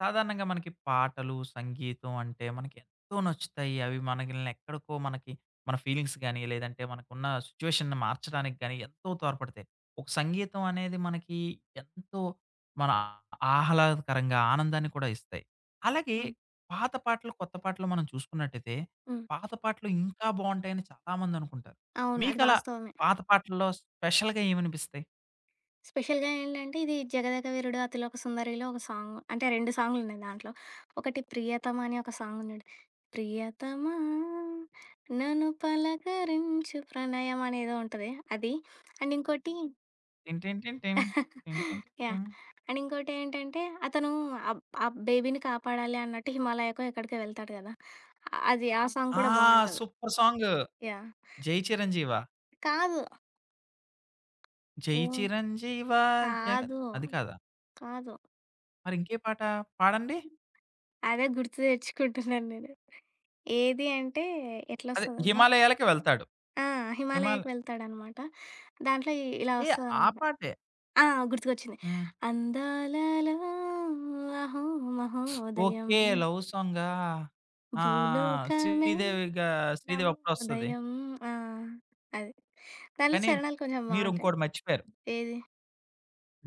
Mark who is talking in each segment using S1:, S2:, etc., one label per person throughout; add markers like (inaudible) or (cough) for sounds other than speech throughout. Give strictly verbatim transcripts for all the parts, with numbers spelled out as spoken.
S1: సాధారణంగా మనకి పాటలు, సంగీతం అంటే మనకి ఎంతో నచ్చుతాయి. అవి మనల్ని ఎక్కడికో మనకి మన ఫీలింగ్స్ గాని, లేదంటే మనకున్న సిట్యుయేషన్‌ని మార్చడానికి గాని ఎంతో తోడ్పడతాయి. ఒక సంగీతం అనేది మనకి ఎంతో మన ఆహ్లాదకరంగా ఆనందాన్ని కూడా ఇస్తాయి. అలాగే
S2: హ్మ్.
S1: పాత పాటలు, కొత్త పాటలు మనం చూసుకున్నట్టయితే
S2: హ్మ్.
S1: పాత పాటలు ఇంకా బావుంటాయని చాలామంది అనుకుంటారు.
S2: అవును. అది
S1: మీకలా
S2: వాస్తవమే.
S1: పాత పాటల్లో స్పెషల్‌గా ఏమనిపిస్తాయి?
S2: స్పెషల్‌గా ఏంటంటే ఇది 'జగదేక వీరుడు అతిలోక సుందరిలో' ఒక సాంగ్. అంటే రెండు సాంగులున్నాయి దాంట్లో. ఒకటి 'ప్రియతమ' అని ఒక సాంగ్ ఉంది చూడు. ప్రియతమా నన్ను పలకరించు ప్రణయం అనేదో ఉంటది. అది. అండ్ ఇంకోటి.
S1: టిన్ టిన్ టిన్ టిన్, టిన్ టిన్ టిన్
S2: యాహ్!
S1: టిన్.
S2: అండ్ ఇంకోటి ఏంటంటే అతను ఆహ్, ఆ బేబీని కాపాడాలి అన్నట్టు హిమాలయకో ఎక్కడికో వెళ్తాడు కదా! ఆ- అది ఆ సాంగ్
S1: ఆ!
S2: కూడా బావుంటది.
S1: Super song.
S2: Yeah!
S1: 'Jai Chiranjeeva'.
S2: కాదు.
S1: 'జై
S2: హ్మ్.
S1: చిరంజీవా జగన్'
S2: కాదు.
S1: అది కాదా?
S2: కాదు.
S1: మరి ఇంకే పాట పాడండి.
S2: అదే గుర్తు తెచ్చుకుంటున్నాను నేను. ఏది అంటే
S1: అదే
S2: ఎట్లొస్తదబ్బా?
S1: 'హిమాలయాలకి వెళ్తాడు.'
S2: ఆ!
S1: హిమాల
S2: 'హిమాలయకి' వెళ్తాడనమాట. దాంట్లో ఇ ఇలా
S1: ఏ ఆ
S2: వస్తదనమాట.
S1: పాటే.
S2: ఆ! గుర్తుకొచ్చింది.
S1: హ్మ్.
S2: అందాలలో అహో మహోదయం
S1: ఓకే. లవ్ సాంగా? ఆ!
S2: భూలోకమే
S1: శ్రీదేవిగా శ్రీదేవి అప్పుడొస్తది.
S2: నవోదయం. ఆ! అది. దాంట్లో
S1: కానీ
S2: చరణాలు కొంచెం
S1: మీరు
S2: బావుంటాయి.
S1: ఇంకోటి మర్చిపోయారు.
S2: ఏది?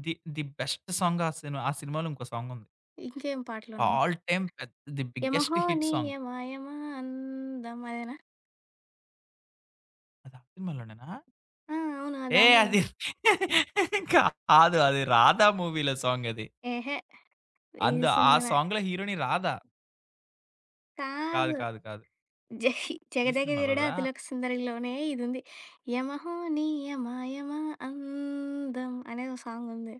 S1: ది ది బెస్ట్ సాంగ్ ఆ సినిమా ఆ సినిమాలో ఇంకో సాంగ్ ఉంది.
S2: ఇంకేం పాటలున్నాయి?
S1: ఆల్ టైమ్ పెద్ద ది బిగ్గెస్ట్
S2: 'యమహో
S1: హిట్
S2: నీ
S1: సాంగ్.
S2: యమయమ అందం' అదేనా?
S1: అది ఆ సినిమాలోనేనా?
S2: ఆ! అవును.
S1: ఏ
S2: దాంట్లో.
S1: అది (laughs) కాదు. అది 'రాధా' మూవీలో సాంగ్ అది.
S2: ఏహే! ఈ
S1: అంద ఆ
S2: సినిమానే.
S1: సాంగ్‌లో హీరోయిన్ రాధా. కాదు,
S2: కాదు.
S1: కాదు, కాదు.
S2: 'జహి
S1: ఈ
S2: 'జగదగ వీరుడు
S1: సినిమాలోదా?
S2: అతిలోక సుందరి'లోనే ఇదుంది. 'యమహో నీ అమాయమ అందం' అనే ఓ సాంగుంది.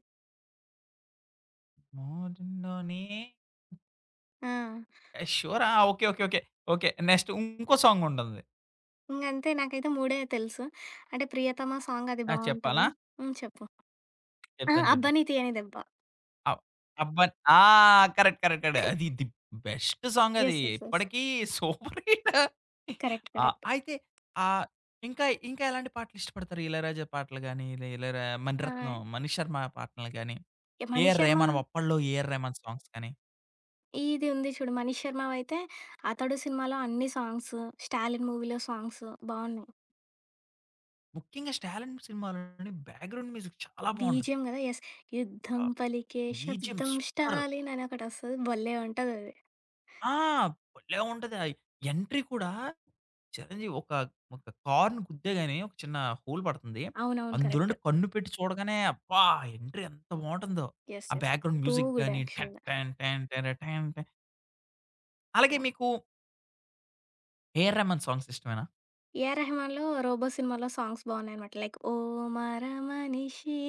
S1: మోజులోనే
S2: ఆ!
S1: షూరా? Okay. Okay. Okay. Okay. Next ఇంకో సాంగ్ ఉంటుంది.
S2: ఇంగంతే నాకైతే మూడు తెలుసు. అంటే 'ప్రియతమ' సాంగ్ అది
S1: ఆ! చెప్పాలా?
S2: బావుంటది. హ్మ్. చెప్పు. ఆ!
S1: చెప్తాను
S2: 'అబ్బా
S1: చూడండి.
S2: నీ తీయని దెబ్బ.'
S1: అవ్ అబ్బన్ ఆ! కరెక్ట్. కరెక్ట్. కరెక్ట్. అది ది బెస్ట్ సాంగ్ అది.
S2: యెస్. యెస్. యెస్.
S1: ఇప్పటికి సూపర్ హిట్.
S2: కరెక్ట్.
S1: ఆ!
S2: కరెక్ట్.
S1: అయితే ఆహ్, ఇంకా, ఇంకా ఎలాంటి పాటలు ఇష్టపడతారు? ఇళయరాజా పాటలు గాని, ఇలా ఇళయరా
S2: ఆ!
S1: మణిరత్నం, మణిశర్మ పాటలు గాని,
S2: ఈ
S1: ఏఆర్
S2: 'మణిశర్మ'.
S1: రెహమాన్ అప్పట్లో ఏఆర్ రెహమాన్ సాంగ్స్ గాని?
S2: ఇది ఉంది చూడు 'మణిశర్మ'వయితే 'అతడు' సినిమాలో అన్ని సాంగ్స్, 'స్టాలిన్' మూవీలో సాంగ్స్ బావున్నాయి.
S1: ముఖ్యంగా 'స్టాలిన్' సినిమాలోని బ్యాక్‌గ్రౌండ్ మ్యూజిక్ చాలా బావుంటుంది.
S2: బీజీఎం గదా! యెస్.
S1: ఆ!
S2: యుద్ధం పలికే
S1: బీజీఎం
S2: శబ్దం
S1: సూపర్.
S2: స్టాలిన్ అని ఒకటొస్తది. భలే ఉంటదది.
S1: ఆ! భలే ఉంటది. ఆ ఎంట్రీ కూడా చిరంజీవి ఒక, ఒక కార్‌ని గుద్దేగాని ఒక చిన్న హోల్ పడుతుంది.
S2: అవునవును.
S1: అందులో
S2: కరెక్ట్.
S1: నుండి కన్ను పెట్టి చూడగానే అబ్బా! ఎంట్రీ ఎంత బావుంటుందో.
S2: యెస్.
S1: ఆ
S2: yes.
S1: Background
S2: too
S1: music
S2: good
S1: గాని టన్
S2: యాక్చువల్‌గా.
S1: టన్ టన్ టన టన్ టన్. అలాగే
S2: యాహ్!
S1: మీకు ఏఆర్ రెహమాన్ సాంగ్స్ ఇష్టమేనా?
S2: 'ఏఆర్ రెహమాన్‌లో' 'రోబో' సినిమాలో సాంగ్స్ బావున్నాయనమాట. లైక్ ఓ మరమనిషి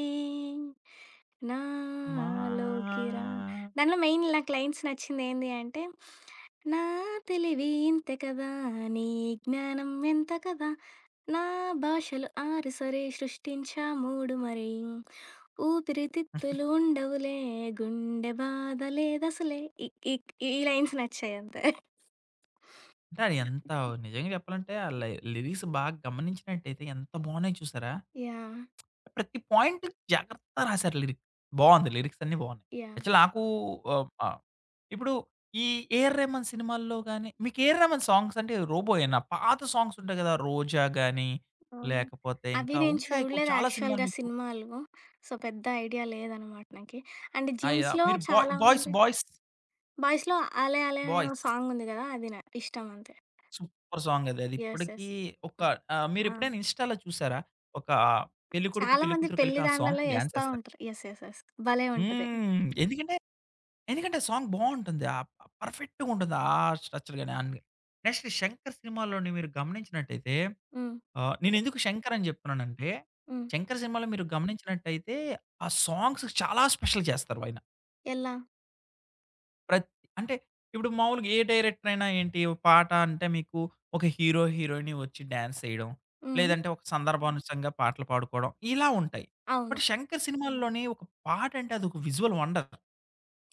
S1: మా
S2: నాలోకి రా. దాంట్లో మెయిన్ నాకు లైన్స్ నచ్చిందేంది అంటే, నా తెలివి ఇంతే కదా! నీ జ్ఞానం ఎంత కదా! నా భాషలు ఆరు సరే సృష్టించా మూడు మరి. ఊపిరితిత్తులు ఉండవులే గుండె బాధ లేదసలే. ఈ ఈ ఈ లైన్స్ నచ్చాయంతే.
S1: అంటే అది ఎంత నిజంగా చెప్పాలంటే ఆ లై లిరిక్స్ బాగా గమనించినట్టయితే ఎంత బావున్నాయి చూసారా?
S2: యాహ్!
S1: ప్రతి పాయింట్ జాగ్రత్తగా రాసారు లిరిక్. బావుంది. లిరిక్స్ అన్నీ బావున్నాయి.
S2: యాహ్!
S1: యాక్చువల్ నాకు ఆహ్, ఆ! ఇప్పుడు ఈ 'ఏఆర్ రెహమాన్' సినిమాల్లో గాని మీకు 'ఏఆర్ రెహమాన్' సాంగ్స్ అంటే రోబోయేనా? పాత సాంగ్స్ ఉంటాయి కదా! 'రోజా' గాని,
S2: అవును.
S1: లేకపోతే
S2: అవి
S1: ఇంకా
S2: నేను
S1: ఉంటాయి కొ
S2: చూడలేదు
S1: చాలా సినిమాలు
S2: యాక్చువల్‌గా
S1: మీకు.
S2: సినిమాలు. సో, పెద్ద ఐడియా లేదనమాట నాకి. అండ్
S1: ఆ! యాహ్!
S2: జీన్స్‌లో
S1: మీరు బాయ్
S2: చాలా
S1: బాయ్స్,
S2: ఉంది.
S1: బాయ్స్,
S2: 'బాయ్స్‌లో' 'ఆలే ఆలే' అనే ఓ
S1: బాయ్స్
S2: సాంగుంది గదా! అది నా ఇష్టం అంతే.
S1: సూపర్ సాంగ్ అది. అది
S2: యెస్.
S1: ఇప్పటికీ
S2: యెస్.
S1: ఒక
S2: ఆ!
S1: ఆహ్,
S2: ఆ!
S1: మీరెప్పుడైనా ఇన్‌స్టాలో చూసారా? ఒక పెళ్ళికొడుకు,
S2: చాలా మంది
S1: పెళ్ళికూతురు కలిపి
S2: పెళ్లి
S1: ఆ
S2: దాండ్లలో
S1: సాంగ్‌కి డాన్స్
S2: యేస్తా
S1: ఎస్తారు.
S2: ఉంటారు. యెస్. యెస్. యెస్. భలే ఉంటది.
S1: హ్మ్. ఎందుకంటే ఎందుకంటే సాంగ్ బావుంటుంది. ఆహ్, ప పర్ఫెక్ట్‌గుంటుంది. ఆ స్ట్రక్చర్ గాని అన్ని. నెక్స్ట్ 'శంకర్' సినిమాలోని మీరు గమనించినట్టయితే
S2: హ్మ్.
S1: ఆహ్, నేనెందుకు 'శంకర్' అని చెప్తున్నానంటే
S2: హ్మ్.
S1: 'శంకర్' సినిమాలో మీరు గమనించినట్టయితే ఆ సాంగ్స్ చాలా స్పెషల్ చేస్తారు ఆయన.
S2: ఎలా?
S1: ప్రత్ అంటే ఇప్పుడు మామూలుగా ఏ డైరెక్టర్ అయినా ఏంటి పాట అంటే మీకు ఒక హీరో, హీరోయిన్ వచ్చి డాన్స్ చేయడం.
S2: హ్మ్.
S1: లేదంటే ఒక సందర్భానుసంగా పాటలు పాడుకోవడం ఇలా ఉంటాయి.
S2: అవును.
S1: బట్ 'శంకర్' సినిమాల్లోని ఒక పాట అంటే అదొక visual wonder.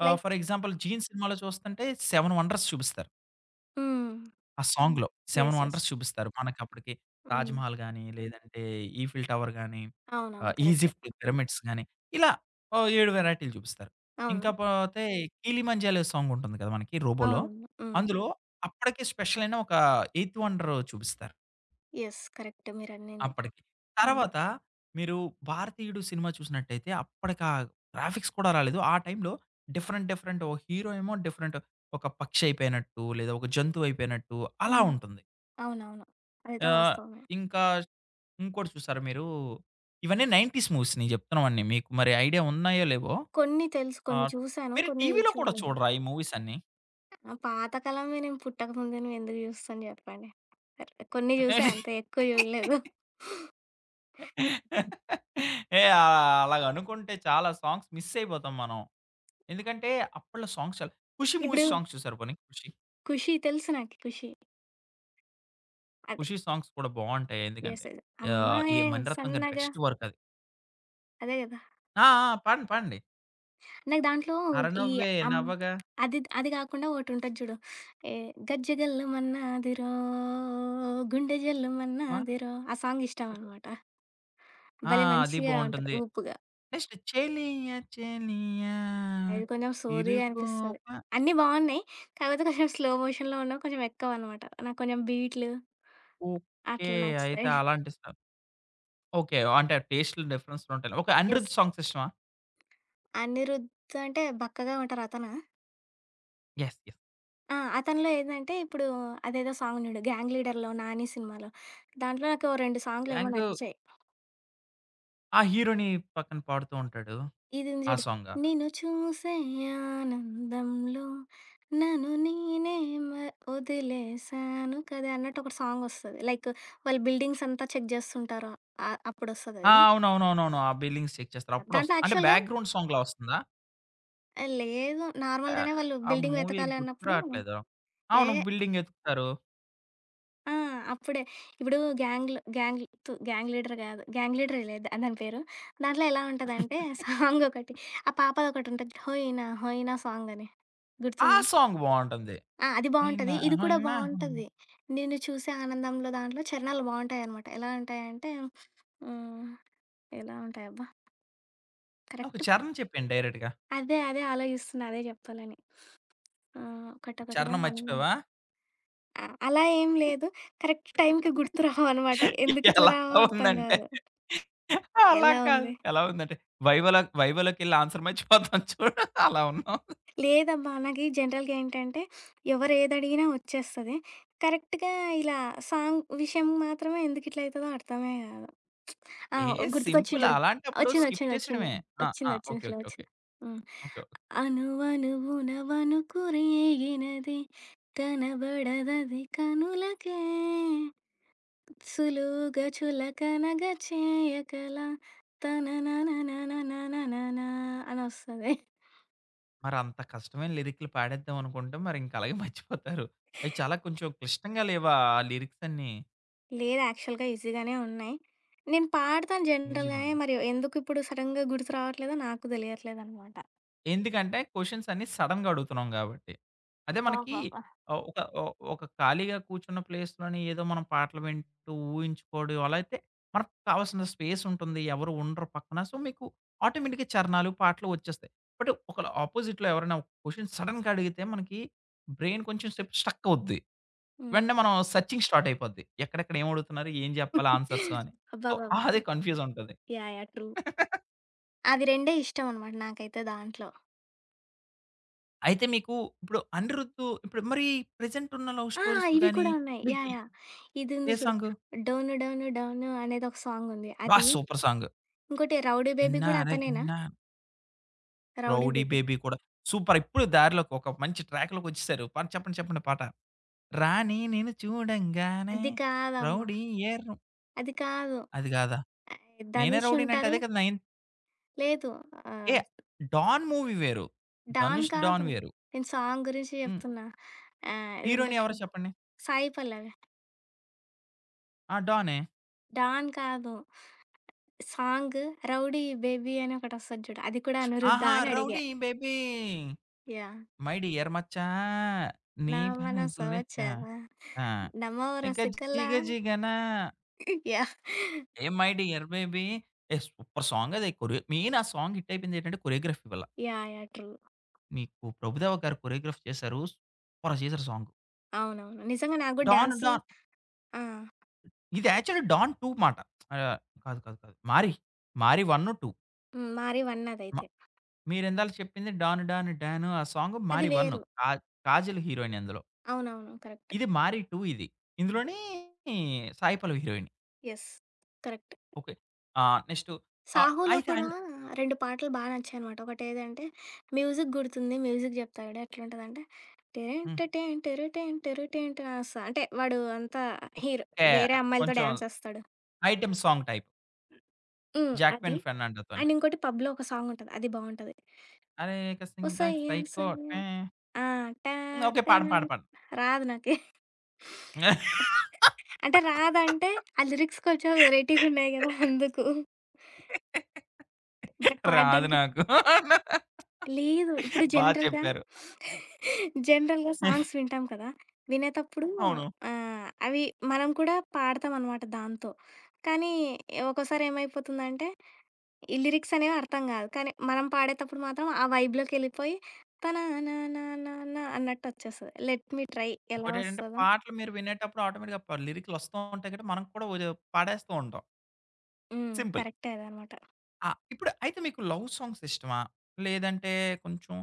S1: Ah,
S2: like
S1: for example 'jean' సినిమాలో చూస్తంటే ఏడు వండర్స్ చూపిస్తారు.
S2: హ్మ్.
S1: ఆ హ్మ్. సాంగ్‌లో ఏడు
S2: యెస్. యెస్.
S1: వండర్స్ చూపిస్తారు. మనకప్పటికి 'తాజ్
S2: హ్మ్.
S1: మహల్' గాని, లేదంటే 'ఈఫిల్ టవర్' గాని, ఆహ్,
S2: అవునవును. కరెక్టే.
S1: 'ఈజిప్ట్ పిరమిడ్స్' గాని, ఇలా ఓహ్, ఏడు వెరైటీలు చూపిస్తారు.
S2: అవును.
S1: ఇంకా పోతే 'కీలిమంజి' అనే సాంగ్ ఉంటుంది కదా! మనకి 'రోబో'లో.
S2: అవునండి. హ్మ్.
S1: అందులో అప్పటికి స్పెషల్ అయిన ఒక ఎయిత్ వండర్ చూపిస్తారు.
S2: యెస్. కరెక్ట్ మీరన్నింది.
S1: అప్పటికి.
S2: హ్మ్.
S1: తర్వాత మీరు 'భారతీయుడు' సినిమా చూసినట్టయితే అప్పటికి ఆ గ్రాఫిక్స్ కూడా రాలేదు. ఆ టైంలో డిఫరెంట్ డిఫరెంట్ ఓ హీరో ఏమో డిఫరెంట్ ఒక పక్షి అయిపోయినట్టు, లేదా ఒక జంతువు అయిపోయినట్టు అలా
S2: హ్మ్.
S1: ఉంటుంది.
S2: అవునవును. అదైతే
S1: ఆహ్,
S2: వాస్తవమే.
S1: ఇంకా ఇంకోటి చూసారా మీరు? ఇవన్నీ తొంభైస్ మూవీస్ నేను చెప్తున్నవన్నీ. మీకు మరి ఐడియా ఉన్నాయో లేవో.
S2: కొన్ని తెలుసు, కొన్ని
S1: ఆహ్,
S2: చూసాను,
S1: మీరు
S2: కొన్ని
S1: టీవీలో కూడా
S2: చూడలేదు.
S1: చూడరా ఈ మూవీస్ అన్నీ?
S2: ఆ పాత కాలంవి నేను పుట్టక ముందే నేనెందుకు చూస్తాను చెప్పండి. సరే, కొన్ని చూసా అంతే ఎక్కువ చూడలేదు.
S1: (laughs) ఏ ఆహ్, అలాగనుకుంటే చాలా సాంగ్స్ మిస్ అయిపోతాం మనం. ఎందుకంటే అప్పట్లో సాంగ్స్ చాలా 'ఖుషి'
S2: ఇప్పుడు
S1: మూవీస్ సాంగ్స్ చూసారా పోనీ 'ఖుషి'?
S2: 'ఖుషి' తెలుసు నాకి 'ఖుషి' అదే.
S1: 'ఖుషి' సాంగ్స్ కూడా బావుంటాయి. ఎందుకంటే
S2: యెస్. యెస్.
S1: ఆహ్, ఏ
S2: అమ్మాయే
S1: మణిరత్నం గారి
S2: సన్నగా.
S1: బెస్ట్ వర్క్ అది.
S2: అదే గదా!
S1: ఆ! ఆ! పాడండి. పాడండి.
S2: నాకు దాంట్లో ఈ
S1: 'అరనవ్వే
S2: అమ్,
S1: నవ్వగా
S2: అది అది గాకుండా ఒకటుంటది చూడు. ఏ గజ్జె గల్లుమన్నదిరో గుండె
S1: వన్
S2: జల్లుమన్నదిరో ఆ సాంగ్
S1: జీరో'.
S2: ఇష్టమనమాట.
S1: ఆ!
S2: భలే
S1: అది
S2: మంచిగా ఉంటది
S1: బావుంటుంది.
S2: ఊపుగా.
S1: నెక్స్ట్ 'చెలియా చెలియా
S2: అది కొంచెం సోదిగా అనిపిస్తది.
S1: తిరుకోప'.
S2: అన్నీ బావున్నాయి. కాకపోతే కొంచెం స్లో మోషన్‌లో ఉన్నవి కొంచెం ఎక్కువనమాట. నాకు కొంచెం బీట్లు
S1: ఓకే.
S2: అట్లా
S1: అయితే
S2: నచ్చుతాయి.
S1: అలాంటి సా ఓకే. అంటే టేస్ట్‌లు డిఫరెన్స్‌లు ఉంటాయి. ఓకే.
S2: యెస్.
S1: 'అనిరుద్' సాంగ్స్ ఇష్టమా?
S2: అనిరుద్ అంటే బక్కగా ఉంటారు అతనా?
S1: యెస్. యెస్.
S2: ఆ! అతనిలో ఏందంటే ఇప్పుడు అదేదో సాంగ్ చూడు 'గ్యాంగ్ లీడర్‌లో' 'నాని' సినిమాలో దాంట్లో నాకు ఓ రెండు సాంగ్‌లేమో
S1: 'థాంక్ యూ'
S2: నచ్చాయి.
S1: ఆ హీరోని పక్కన పాడుతూ ఉంటాడు.
S2: ఇది ఉంది
S1: ఆ
S2: చూడు.
S1: సాంగా?
S2: నిన్ను చూసే ఆనందంలో నన్ను నేనే మ- వదిలేశాను కదా అన్నట్టు ఒక సాంగ్ వస్తుంది లైక్ వాళ్ళు బిల్డింగ్స్ అంతా చెక్ చేస్తుంటారు. ఆ- అప్పుడు వస్తుంది
S1: ఆ!
S2: అది.
S1: అవునవునవునవును. ఆ బిల్లింగ్స్ చెక్ చేస్తారు. అప్పుడొస్త
S2: దాంట్లో
S1: అంటే
S2: యాక్చువల్గా
S1: బ్యాక్‌గ్రౌండ్ సాంగ్‌లా వస్తుందా?
S2: లేదు,
S1: ఆహ్,
S2: నార్మల్గానే వాళ్ళు
S1: ఆ
S2: బిల్డింగ్
S1: మూవీ
S2: వెతకాలి
S1: గుర్తు
S2: అన్నప్పుడు
S1: రావట్లేదు. అవును.
S2: ఏ
S1: బిల్డింగ్ ఎతుకుతారు.
S2: ఆ, అప్పుడే ఇప్పుడు గ్యాంగ్ గ్యాంగ్ గ్యాంగ్ లీడర్ కాదు, గ్యాంగ్ లీడర్ లేదు దాని పేరు. దాంట్లో ఎలా ఉంటదంటే సాంగ్ ఒకటి ఆ పాపది ఒకటి ఉంటుంది హోయినా హోయినా సాంగ్ అని
S1: ఆ
S2: గుర్తుంది.
S1: సాంగ్ బావుంటుంది.
S2: ఆ! అది బావుంటది.
S1: అయినా
S2: ఇది కూడా
S1: అయినా
S2: బావుంటది. నిన్ను చూసే ఆనందంలో దాంట్లో చరణాలు బావుంటాయనమాట. ఎలా ఉంటాయంటే హ్మ్. ఎలా ఉంటాయబ్బా!
S1: ఒక
S2: కరెక్ట్.
S1: చరణం చెప్పేయండి డైరెక్ట్‌గా.
S2: అదే అదే ఆలోచిస్తున్నా, అదే జెప్పాలని. ఆహ్, ఒకటొకటిగా
S1: చరణం
S2: పనులు.
S1: మర్చిపోయావా?
S2: ఆ! అలా ఏం లేదు. కరెక్ట్ టైంకి గుర్తు రావనమాట. ఎందుకిట్లా
S1: ఎలా
S2: రావో అర్థం
S1: ఉందంటే
S2: గాదు.
S1: అలా
S2: ఎలా
S1: కాదు.
S2: ఉంది?
S1: ఎలా ఉందంటే వైవలో వైవోలోకెళ్ళి ఆన్సర్ మర్చిపోతాం చూడు అలా ఉన్నాం.
S2: లేదబ్బా! నాకీ జనరల్‌గా ఏంటంటే ఎవరు ఏదడిగినా వచ్చేస్తది. కరెక్ట్‌గా ఇలా సాంగ్ విషయం మాత్రమే ఎందుకిట్లయితదో అర్థమే గాదు. ఆ!
S1: ఏ
S2: గుర్తుకొచ్చింది
S1: సింపుల్
S2: చూడు.
S1: అలాంటప్పుడు స్కిప్
S2: వచ్చిందొచ్చిందొచ్చింది.
S1: చేసేయడమే. ఆ! ఆ!
S2: వచ్చిందొచ్చింది.
S1: ఓకే.
S2: Slow
S1: okay.
S2: వచ్చింది. వచ్చింది. ఫ్లో వచ్చింది. హ్మ్.
S1: ఓకే. ఓకే.
S2: అనువనువున వణుకు రేగినది కనబడదది కనులకే సులువుగా చులకనగా చేయకల తననననననననా అనొస్తది.
S1: మరంత కష్టమైన లిరిక్‌లు పాడేద్దాం అనుకుంటే మరింక అలాగే మర్చిపోతారు. అయి చాలా కొంచెం క్లిష్టంగా లేవా ఆ లిరిక్స్ అన్నీ?
S2: లేదు యాక్చువల్‌గా ఈజీగానే ఉన్నాయి. నేను పాడతాను
S1: ఈజీగా
S2: జనరల్‌గానే,
S1: ఉన్నాయా?
S2: మరి ఎందుకిప్పుడు సడెన్‌గా గుర్తు రావట్లేదో నాకు తెలియట్లేదనమాట.
S1: ఎందుకంటే క్వెషన్స్ అన్నీ సడెన్‌గా అడుగుతున్నాం కాబట్టి. అదే మనకి
S2: అబ్బబ్బబ్బా!
S1: ఆహ్, ఒక ఒ ఒక ఖాళీగా కూర్చున్న ప్లేస్‌లోని ఏదో మనం పాటలు వింటూ ఊహించుకోవడం అలా అయితే మనకు కావాల్సిన స్పేస్ ఉంటుంది. ఎవరు ఉండరు పక్కన. సో, మీకు ఆటోమేటిక్‌గా చరణాలు, పాటలు వచ్చేస్తాయి. బట్ ఒకళ ఆపోజిట్‌లో ఎవరైనా ఒక క్వెషన్ సడెన్‌గా అడిగితే మనకి బ్రెయిన్ కొంచెం సేపు స్ట్రక్ అవుద్ది.
S2: హ్మ్.
S1: వెంటనే మనం సెర్చింగ్ స్టార్ట్ అయిపోద్ది. ఎక్కడెక్కడ ఏం అడుగుతున్నారు? ఏం చెప్పాలి ఆన్సర్స్ అని. సో,
S2: అబ్బబ్బబ్బా!
S1: అదే కన్‌ఫ్యూజ్ ఉంటది.
S2: యాహ్! యాహ్! ట్రూ.
S1: (laughs)
S2: అవి రెండే ఇష్టమనమాట నాకైతే దాంట్లో.
S1: అయితే మీకు ఇప్పుడు 'అనిరుద్ధు' ఇప్పుడు మరి ప్రెజెంట్ ఉన్న లవ్
S2: ఆ!
S1: స్టోరీస్
S2: ఇవి
S1: గాని
S2: కూడా ఉన్నాయి.
S1: మీకి
S2: యాహ్! యాహ్! ఇదుంది
S1: ఏ
S2: చూడు.
S1: సాంగు?
S2: 'డోను డోను డోను' అనేది ఒక సాంగుంది.
S1: బా
S2: అది.
S1: Super song.
S2: ఇంకోటి 'రౌడీ బేబీ' కూడా
S1: 'ఎన్నారై
S2: అతనేనా?
S1: ఎన్నా'
S2: 'రౌడీ
S1: 'రౌడీ
S2: బేబీ'.
S1: బేబీ' కూడా సూపర్. ఇప్పుడు దారిలోకి ఒక మంచి ట్రాక్‌లోకొచ్చేసారు. పాట చెప్పండి చెప్పండి పాట. రాణి నిన్ను చూడంగానే
S2: అది కాదమ్మా!
S1: రౌడీ ఏ రు
S2: అది కాదు.
S1: అది కాదా?
S2: ఆహ్,
S1: 'నేనే
S2: 'ధనుష్'
S1: రౌడీనంటే'
S2: ఉంటారు.
S1: అదే కదా! నైన్
S2: లేదు.
S1: ఏ
S2: ఆహ్,
S1: 'డాన్' మూవీ వేరు.
S2: 'డాన్'
S1: 'ధనుష్
S2: కాదు.
S1: డాన్' వేరు.
S2: నేను సాంగ్ గురించి
S1: హ్మ్.
S2: చెప్తున్నా. ఆహ్, ఇది
S1: హీరోయిన్
S2: ఉంటది
S1: ఎవరో
S2: చూడు.
S1: చెప్పండి?
S2: 'సాయి పల్లవి'.
S1: ఆ! డానే.
S2: 'డాన్' కాదు. సాంగ్ 'రౌడీ బేబీ' అని ఒకటొస్తది చూడు. అది కూడా
S1: ఆహా!
S2: 'అనిరుద్ధా' అని అడిగా.
S1: 'Rowdy baby
S2: yeah!
S1: My dear మచ్చా నీ
S2: నా మనస
S1: పలుకు నచ్చా'.
S2: వచ్చావా
S1: ఆ!
S2: నమో
S1: 'గజ్జి
S2: రసికల్లా.
S1: గజ్జిగన
S2: యాహ్!
S1: ఏ మై డియర్ బేబీ'. ఏ సూపర్ సాంగ్ అది. కొరియో మెయిన్ ఆ సాంగ్ హిట్ అయిపోయింది ఏంటంటే కొరియోగ్రఫీ వల్ల.
S2: యాహ్! యాహ్! ట్రూ.
S1: నీకు 'ప్రభుదేవా' గారు కొరియోగ్రాఫ్ చేశారు. సూపర్‌గా చేశారు సాంగ్.
S2: అవునవును. నిజంగా నాకు గూడా
S1: 'డాన్
S2: డాన్స్.
S1: డాన్'
S2: ఆ!
S1: ఇది యాక్చువల్లీ 'డాన్ టూ' మాట. ఆహ్, కాదు కాదు కాదు 'మారి'. 'మారి వన్, టూ.
S2: హ్మ్. 'మారి వన్'
S1: మ
S2: అదైతే.
S1: మీరిందాల చెప్పింది 'డాన్ డాన్ డాను' ఆ సాంగ్
S2: అది
S1: 'మారి వన్'
S2: వేరు.
S1: కా కాజల్ హీరోయిన్ అందులో.
S2: అవునవును. కరెక్ట్.
S1: ఇది 'మారి టూ' ఇది. ఇందులోని 'Sai Pallavi' heroine.
S2: Yes. Correct.
S1: Okay. ఆహ్, నెక్స్టు ఆహ్,
S2: 'సాహోలో'
S1: అయితే
S2: కూడా
S1: అన్
S2: రెండు పాటలు బా నచ్చాయనమాట. ఒకటేదంటే మ్యూజిక్ గుర్తుంది. మ్యూజిక్ జెప్తా చూడు ఎట్లుంటదంటే
S1: హ్మ్.
S2: టెరెంటటెన్ టెరటెన్ టెరటెన్ అని వస్తది. అంటే వాడు అంతా హీరో
S1: ఓకే.
S2: వేరే అమ్మాయిలతో
S1: కొంచెం
S2: డాన్స్ ఏస్తాడు.
S1: Item song type.
S2: హ్మ్. అది.
S1: 'జాక్విన్ ఫెర్నాండో‌తోని'.
S2: అండ్ ఇంకోటి 'పబ్‌లో' ఒక సాంగ్ ఉంటది. అది బావుంటది.
S1: 'అరేక సింగ
S2: ఒసయ్య
S1: సైకో
S2: ఒసయ్య.
S1: టే'.
S2: ఆ!
S1: హ్మ్.
S2: టార
S1: ఓకే.
S2: టాన్.
S1: పాడను. పాడను. పాడను.
S2: రాదు నాకి. అంటే రాదంటే, ఆ లిరిక్స్ కొంచెం వెరైటీగున్నాయి గదా! అందుకు. బట్
S1: రాదు
S2: పాడడానికి
S1: నాకు.
S2: లేదు. ఇప్పుడు
S1: బా
S2: జనరల్‌గా,
S1: చెప్పారు.
S2: జనరల్‌గా సాంగ్స్ వింటాం కదా! వినేతప్పుడు
S1: అవును.
S2: ఆహ్, అవి మనం కూడా పాడతామనమాట దాంతో. కానీ ఒక్కోసారి ఏమైపోతుందంటే ఈ లిరిక్స్ అనేవి అర్థం కాదు. కానీ మనం పాడేతప్పుడు మాత్రం ఆ వైబ్‌లోకెళ్ళిపోయి తననానానానా అన్నట్టు వచ్చేస్తది. 'లెట్ మీ ట్రై' ఎలా
S1: ఇంకోటేంటంటే
S2: వస్తదో.
S1: పాటలు మీరు వినేటప్పుడు ఆటోమేటిక్‌గా ప లిరిక్‌లొస్తూ ఉంటాయి కాబట్టి మనం కూడా ఒ పాడేస్తూ ఉంటాం.
S2: హ్మ్.
S1: సింపుల్.
S2: కరెక్టే అదనమాట.
S1: ఆ! ఇప్పుడు అయితే మీకు లవ్ సాంగ్స్ ఇష్టమా? లేదంటే కొంచెం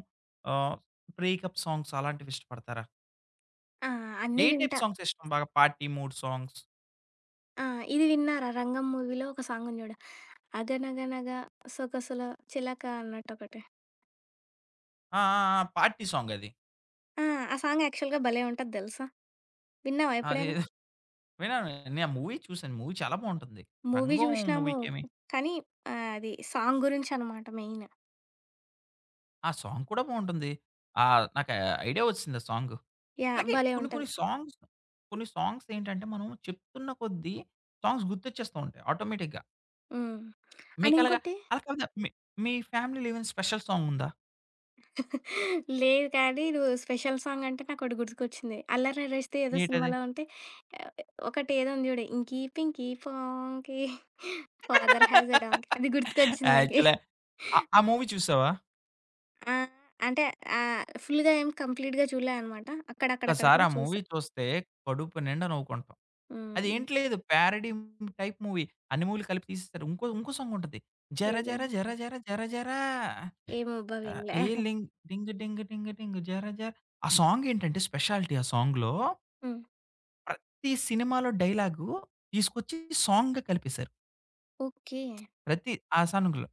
S1: ఆహ్, బ్రేకప్ సాంగ్స్ అలాంటివి ఇష్టపడతారా?
S2: ఆ! అన్నీ
S1: ఏ టైప్
S2: వింటా.
S1: సాంగ్స్ ఇష్టం బాగా? Party mood songs.
S2: ఆ! ఇది విన్నారా 'రంగం' మూవీలో ఒక సాంగ్ ఉంది చూడు. 'అగనగనగ సొగసుల చిలక' అన్నట్టొకటి.
S1: ఆ! ఆ! ఆ! పార్టీ సాంగ్ అది.
S2: ఆ! ఆ సాంగ్ యాక్చువల్‌గా భలే ఉంటది తెలుసా! విన్నావా ఎప్పుడైనా?
S1: అదేదో విన్నాను. నేను ఆ మూవీ చూసాను. మూవీ చాలా బావుంటుంది.
S2: మూవీ హ్మ్.
S1: 'రంగం'
S2: చూసినాము.
S1: మూవీకేమి
S2: కానీ ఆహ్, అది సాంగ్ గురించనమాట మెయిన్.
S1: ఆ సాంగ్ కూడా బావుంటుంది. ఆహ్, నాకు ఐడియా వచ్చిసింది ఆ సాంగ్.
S2: యాహ్!
S1: అలాగే
S2: భలే
S1: కొన్ని
S2: ఉంటది.
S1: కొన్ని సాంగ్స్ కొన్ని సాంగ్స్ ఏంటంటే మనం చెప్తున్న కొద్దీ సాంగ్స్ గుర్తొచ్చేస్తూ ఉంటాయి ఆటోమేటిక్‌గా.
S2: హ్మ్. అండ్
S1: మీకలాగా
S2: ఇంకోటి
S1: అలా కాదు మీ మీ ఫ్యామిలీలో ఏమైనా స్పెషల్ సాంగ్ ఉందా?
S2: లేదు కానీ, నువ్వు స్పెషల్ సాంగ్ అంటే నాకోటి గుర్తుకొచ్చింది. 'అల్లరి నరేష్'ది ఏదో
S1: ఏంటది?
S2: సినిమాలో ఉంటే ఆహ్, ఒకటేదో ఉంది చూడు. 'Inky pinky ponky father has a donkey' అది
S1: (laughs)
S2: గుర్తుకొచ్చింది నాకి.
S1: యాక్చువలే ఆ ఆ మూవీ చూసావా?
S2: ఆ! అంటే ఆహ్, ఫుల్‌గా ఏం కంప్లీట్‌గా చూడలే అనమాట.
S1: ఒక్కసారి
S2: అక్కడక్కడక్కడక్కడ
S1: ఆ మూవీ
S2: చూసా.
S1: చూస్తే కడుపు నిండా నవ్వుకుంటాం.
S2: హ్మ్.
S1: అదేంటి లేదు ప్యారడీ టైప్ మూవీ. అన్ని మూవీలు కలిపి తీసేసారు. ఇంకో ఇంకో సాంగ్ ఉంటది. జర
S2: ఏదో
S1: జర జర జర జర జరా.
S2: ఏమోబ్బా!
S1: ఆహ్,
S2: వినలే.
S1: ఏ లింగ్ డింగ్ డింగ్ డింగ్ డింగ్ జర జర. ఆ సాంగ్ ఏంటంటే స్పెషాలిటీ ఆ సాంగ్‌లో
S2: హ్మ్.
S1: ప్రతి సినిమాలో డైలాగు తీసుకొచ్చి సాంగ్‌గా కలిపేసారు.
S2: ఓకే.
S1: ప్రతి ఆ సాంగ్‌లో.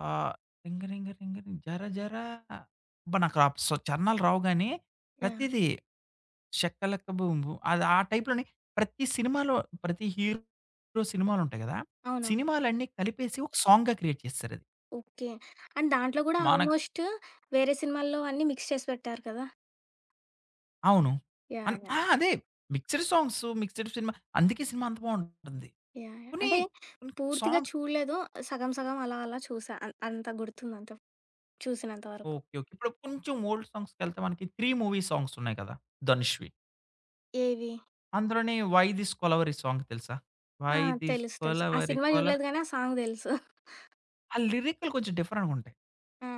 S1: ఆహ్, 'రింగ్ రింగ్ రింగ్ రింగ్ జర జర'. అబ్బా! నాకు ఆ సొ చరణాలు రావు గానీ,
S2: యాహ్!
S1: ప్రతీదీ 'షెక్కలెక్క బూమ్ బూమ్' అది ఆ టైప్‌లోని ప్రతి సినిమాలో ప్రతి హీరో సినిమాలుంటాయి గదా!
S2: అవునవును.
S1: సినిమాలన్నీ కలిపేసి ఒక సాంగ్‌గా క్రియేట్ చేసేసారది.
S2: ఓకే. అండ్ దాంట్లో గూడా
S1: మనకు
S2: ఆల్మోస్ట్ వేరే సినిమాల్లో అన్నీ మిక్స్ చేసి పెట్టారు కదా!
S1: అవును. అన్
S2: యాహ్!
S1: ఆ!
S2: యాహ్!
S1: అదే మిక్స్‌డ్ సాంగ్స్, మిక్స్‌డ్ సినిమా అందుకే సినిమా అంత బావుంటుంది.
S2: యాహ్! యాహ్!
S1: కొన్ని
S2: అంటే
S1: కొన్ని
S2: పూర్తిగా
S1: సాంగ్స్.
S2: చూడలేదు. సగం సగం అలా అలా చూసా. అం అంత గుర్తుందంత చూసినంత వరకు.
S1: ఓకే. ఓకే. ఇప్పుడు కొంచెం ఓల్డ్ సాంగ్స్‌కెళ్తే మనకి 'త్రీ' మూవీ సాంగ్స్ ఉన్నాయి కదా! ధనుష్‌వి.
S2: ఏవి?
S1: అందులోని 'వై దిస్ కొలవెరీ' సాంగ్ తెలుసా?
S2: ఆ!
S1: 'వై దిస్
S2: తెలుసు. తెలుసు. ఆ
S1: కొలవెరీ
S2: సినిమా
S1: కొల'.
S2: చూడలేదు గానీ ఆ సాంగ్ తెలుసు.
S1: ఆ లిరిక్‌లు కొంచెం డిఫరెంట్‌గా ఉంటాయి.
S2: ఆ!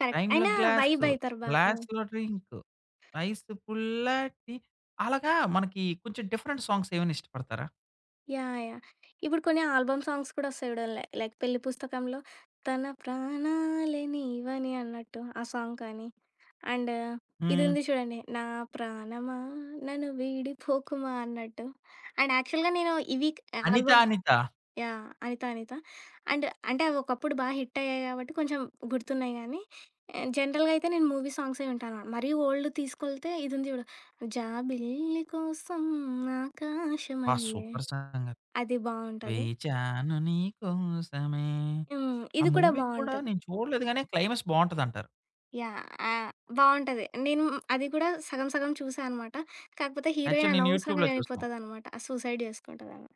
S2: కరెక్ట్.
S1: 'టైమ్‌లో
S2: అయినా
S1: గ్లాసు,
S2: వైబ్ అయితారు బా. హ్మ్.
S1: గ్లాస్‌లో డ్రింకు, ఐసు పుల్లటి'. అలాగా మనకి కొంచెం డిఫరెంట్ సాంగ్స్ ఏమైనా ఇష్టపడతారా?
S2: యాహ్! యాహ్! ఇప్పుడు కొన్ని ఆల్బమ్ సాంగ్స్ కూడా వస్తాయి చూడు. లై లైక్ పెళ్లి పుస్తకంలో 'తన ప్రాణాలే నీవని' అన్నట్టు ఆ సాంగ్ కానీ, అండ్ ఇది
S1: హ్మ్.
S2: ఉంది చూడండి 'నా ప్రాణమా నన్ను వీడిపోకుమా' అన్నట్టు. అండ్ యాక్చువల్‌గా నేను ఇవి
S1: 'Anitha
S2: album.
S1: Anitha'.
S2: Yeah! 'Anitha Anitha'. And అంటే అవి ఒకప్పుడు బాగా హిట్ అయ్యాయి కాబట్టి కొంచెం గుర్తున్నాయి గానీ, ఆహ్, జనరల్‌గా అయితే నేను మూవీ సాంగ్సే వింటాను. మరీ ఓల్డ్ తీసుకెళ్తే ఇది ఉంది చూడు 'జాబిల్లి కోసం
S1: ఆ!
S2: ఆకాశమల్లె'
S1: సూపర్ సంగతి.
S2: అది బావుంటది.
S1: 'వేచాను నీ కోసమే'.
S2: హ్మ్.
S1: ఆ
S2: ఇది కూడా
S1: మూవీ కూడా
S2: బావుంటది.
S1: నేను చూడలేదు గానీ క్లైమాక్స్ బావుంటదంటారు.
S2: యాహ్! ఆహ్, బావుంటది. నేను అది కూడా సగం సగం చూసా అనమాట. కాకపోతే హీరోయిన్
S1: యాక్చువల్ నేను
S2: అనవసరంగా
S1: యూట్యూబ్‌లో చూసాను.
S2: చనిపోతదనమాట. సూసైడ్ చేసుకుంటదామె.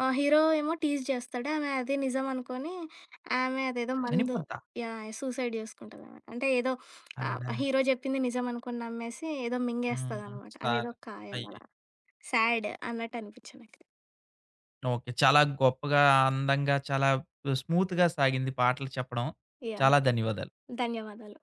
S2: ఆహ్, హీరో ఏమో టీజ్ చేస్తాడు. ఆమె అది నిజం అనుకోని ఆమె అదేదో మందు.
S1: చనిపోద్దా?
S2: యాహ్! సూసైడ్ చేసుకుంటదామె. అంటే ఏదో ఆహ్,
S1: అరెరే!
S2: హీరో చెప్పింది నిజం అనుకోని నమ్మేసి ఏదో
S1: హ్మ్.
S2: మింగేస్తదనమాట.
S1: సా
S2: అదేదో
S1: అయ్యయ్యో!
S2: కాయలాగా. సాడ్ అన్నట్టు అనిపించింది నాకు.
S1: ఓకే. చాలా గొప్పగా, అందంగా, చాలా స్మూత్‌గా సాగింది పాటలు చెప్పడం.
S2: యాహ్!
S1: చాలా ధన్యవాదాలు.
S2: ధన్యవాదాలు.